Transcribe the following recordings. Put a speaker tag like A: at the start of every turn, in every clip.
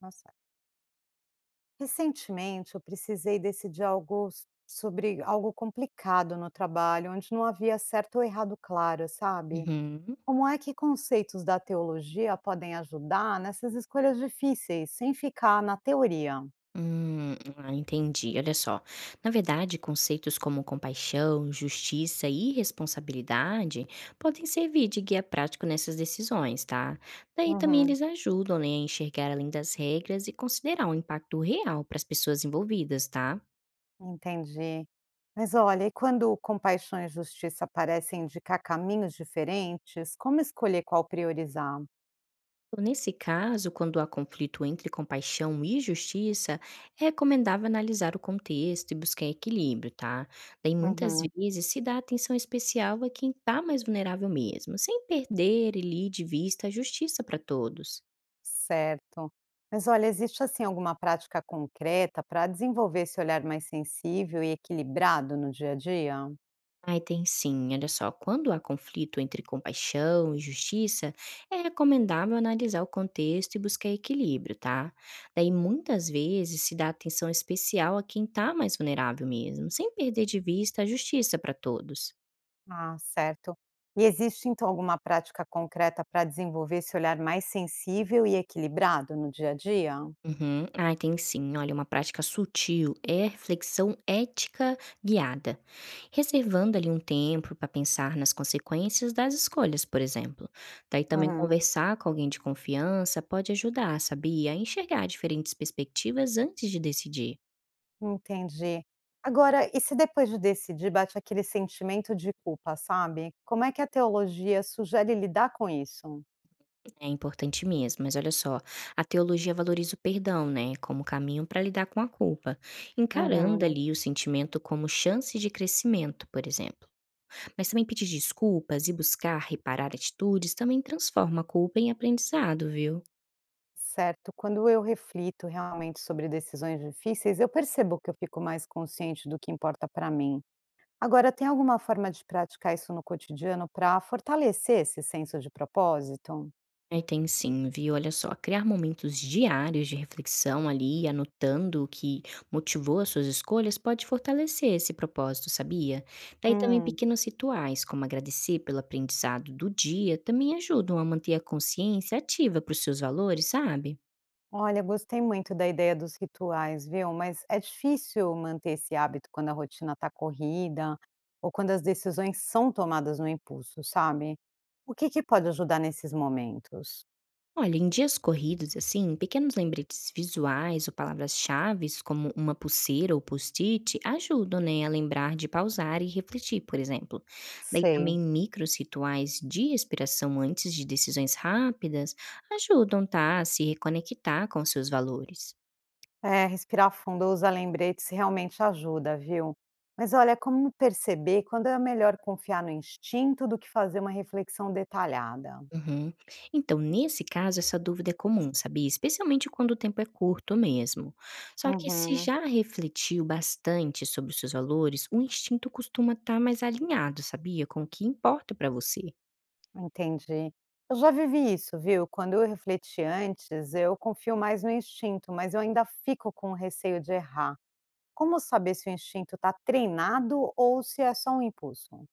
A: Nossa, recentemente eu precisei decidir algo sobre algo complicado no trabalho, onde não havia certo ou errado claro, sabe?
B: Uhum.
A: Como é que conceitos da teologia podem ajudar nessas escolhas difíceis, sem ficar na teoria?
B: Entendi. Olha só. Na verdade, conceitos como compaixão, justiça e responsabilidade podem servir de guia prático nessas decisões, tá? Daí também
A: Uhum,
B: eles ajudam, né, a enxergar além das regras e considerar o impacto real para as pessoas envolvidas, tá?
A: entendi. Mas olha, e quando compaixão e justiça parecem indicar caminhos diferentes, como escolher qual priorizar?
B: Nesse caso, quando há conflito entre compaixão e justiça, é recomendável analisar o contexto e buscar equilíbrio, tá? Daí muitas
A: Uhum.
B: vezes se dá atenção especial a quem está mais vulnerável mesmo, sem perder e de vista a justiça para todos.
A: Certo. Mas olha, existe assim alguma prática concreta para desenvolver esse olhar mais sensível e equilibrado no dia a dia?
B: Ai, tem sim. Olha só, quando há conflito entre compaixão e justiça, é recomendável analisar o contexto e buscar equilíbrio, tá? Daí, muitas vezes, se dá atenção especial a quem está mais vulnerável mesmo, sem perder de vista a justiça para todos.
A: Ah, certo. E existe então alguma prática concreta para desenvolver esse olhar mais sensível e equilibrado no dia a dia?
B: Uhum. Ai, tem sim. Olha, uma prática sutil é a reflexão ética guiada, reservando ali um tempo para pensar nas consequências das escolhas, por exemplo. Daí também
A: Uhum.
B: conversar com alguém de confiança pode ajudar, sabia? A enxergar diferentes perspectivas antes de decidir.
A: Entendi. Agora, e se depois de decidir bate aquele sentimento de culpa, sabe? Como é que a teologia sugere lidar com isso?
B: É importante mesmo, mas olha só, a teologia valoriza o perdão, né, como caminho para lidar com a culpa, encarando
A: Uhum.
B: ali o sentimento como chance de crescimento, por exemplo. Mas também pedir desculpas e buscar reparar atitudes também transforma a culpa em aprendizado, viu?
A: Certo. Quando eu reflito realmente sobre decisões difíceis, eu percebo que eu fico mais consciente do que importa para mim. Agora, tem alguma forma de praticar isso no cotidiano para fortalecer esse senso de propósito?
B: Aí tem sim, viu? Olha só, criar momentos diários de reflexão ali, anotando o que motivou as suas escolhas, pode fortalecer esse propósito, sabia? Daí também
A: Hum,
B: pequenos rituais, como agradecer pelo aprendizado do dia, também ajudam a manter a consciência ativa para os seus valores, sabe?
A: olha, gostei muito da ideia dos rituais, viu? Mas é difícil manter esse hábito quando a rotina está corrida ou quando as decisões são tomadas no impulso, sabe? O que que pode ajudar nesses momentos?
B: Olha, em dias corridos, assim, pequenos lembretes visuais ou palavras-chaves, como uma pulseira ou post-it, ajudam, né, a lembrar de pausar e refletir, por exemplo. Daí
A: Sei.
B: também micros rituais de respiração antes de decisões rápidas ajudam, tá, a se reconectar com seus valores.
A: É, respirar fundo ou usar lembretes realmente ajuda, viu? Mas olha, como perceber quando é melhor confiar no instinto do que fazer uma reflexão detalhada?
B: Uhum. Então, nesse caso, essa dúvida é comum, sabia? Especialmente quando o tempo é curto mesmo. Só que se
A: Uhum.
B: já refletiu bastante sobre os seus valores, o instinto costuma estar mais alinhado, sabia? Com o que importa para você.
A: Entendi. Eu já vivi isso, viu? Quando eu refleti antes, eu confio mais no instinto, mas eu ainda fico com o receio de errar. Como saber se o instinto está treinado ou se é só um impulso?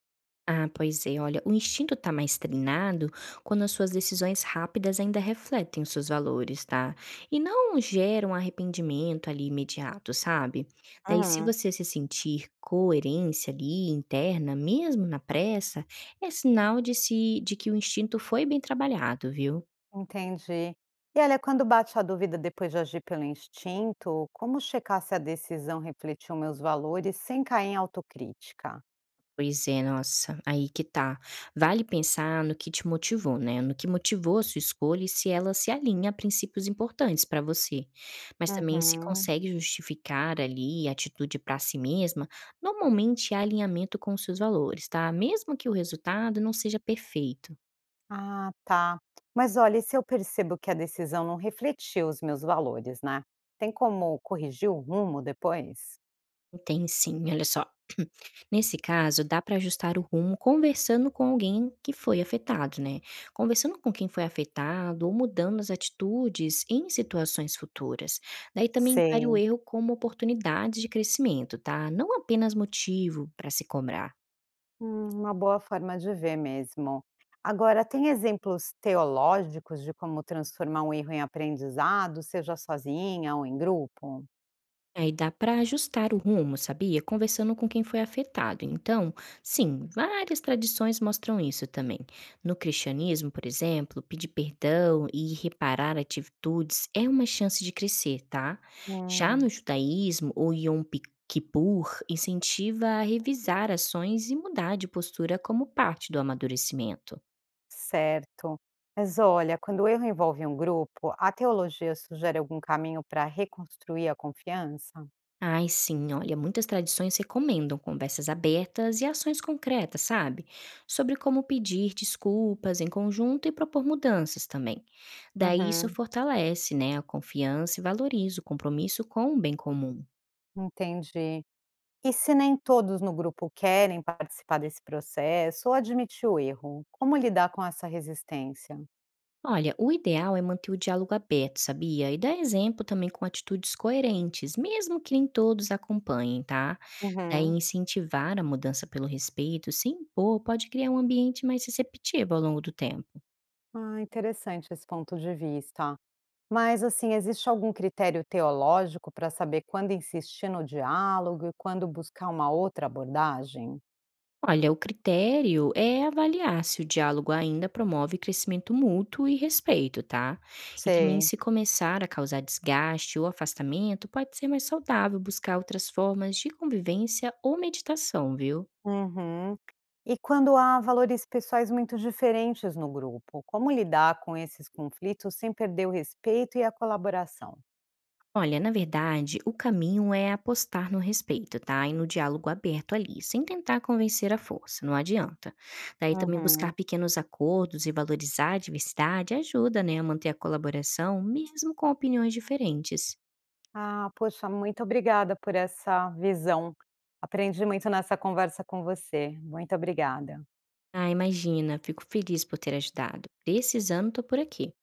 B: Ah, pois é, olha, o instinto tá mais treinado quando as suas decisões rápidas ainda refletem os seus valores, tá? E não geram arrependimento ali imediato, sabe? Daí, se
A: Uhum.
B: você se sentir coerência ali interna, mesmo na pressa, é sinal de, se, de que o instinto foi bem trabalhado, viu?
A: Entendi. E olha, quando bate a dúvida depois de agir pelo instinto, como checar se a decisão refletiu meus valores sem cair em autocrítica?
B: Pois é, nossa, aí que tá. Vale pensar no que te motivou, né? No que motivou a sua escolha e se ela se alinha a princípios importantes para você. Mas também se
A: Uhum.
B: consegue justificar ali a atitude para si mesma, normalmente há alinhamento com os seus valores, tá? Mesmo que o resultado não seja perfeito.
A: Ah, tá. Mas olha, e se eu percebo que a decisão não refletiu os meus valores, né? Tem como corrigir o rumo depois?
B: Tem sim, olha só. Nesse caso, dá para ajustar o rumo conversando com alguém que foi afetado, né? Conversando com quem foi afetado ou mudando as atitudes em situações futuras. Daí também encare o
A: Sei.
B: erro como oportunidade de crescimento, tá? Não apenas motivo para se cobrar.
A: Uma boa forma de ver mesmo. Agora, tem exemplos teológicos de como transformar um erro em aprendizado, seja sozinha ou em grupo?
B: Aí dá para ajustar o rumo, sabia? Conversando com quem foi afetado. Então, sim, várias tradições mostram isso também. No cristianismo, por exemplo, pedir perdão e reparar atitudes é uma chance de crescer, tá? Já no
A: Hum.
B: judaísmo, o Kippur incentiva a revisar ações e mudar de postura como parte do amadurecimento.
A: Certo. Mas olha, quando o erro envolve um grupo, a teologia sugere algum caminho para reconstruir a confiança?
B: Ai, sim, olha, muitas tradições recomendam conversas abertas e ações concretas, sabe? Sobre como pedir desculpas em conjunto e propor mudanças também. Daí isso
A: Uhum.
B: fortalece, né, a confiança e valoriza o compromisso com o bem comum.
A: Entendi. E se nem todos no grupo querem participar desse processo ou admitir o erro, como lidar com essa resistência?
B: Olha, o ideal é manter o diálogo aberto, sabia? E dar exemplo também com atitudes coerentes, mesmo que nem todos acompanhem, tá? Daí
A: Uhum.
B: incentivar a mudança pelo respeito, se impor, pode criar um ambiente mais receptivo ao longo do tempo.
A: Ah, interessante esse ponto de vista. Mas assim, existe algum critério teológico para saber quando insistir no diálogo e quando buscar uma outra abordagem?
B: Olha, o critério é avaliar se o diálogo ainda promove crescimento mútuo e respeito, tá? E também
A: Sei.
B: se começar a causar desgaste ou afastamento, pode ser mais saudável buscar outras formas de convivência ou meditação, viu?
A: Uhum. E quando há valores pessoais muito diferentes no grupo, como lidar com esses conflitos sem perder o respeito e a colaboração?
B: Olha, na verdade, o caminho é apostar no respeito, tá? E no diálogo aberto ali, sem tentar convencer à força, não adianta. Daí também buscar
A: Uhum.
B: pequenos acordos e valorizar a diversidade ajuda, né, a manter a colaboração, mesmo com opiniões diferentes.
A: Ah, poxa, muito obrigada por essa visão. Aprendi muito nessa conversa com você. Muito obrigada.
B: Ah, imagina, fico feliz por ter ajudado. Precisando, tô por aqui.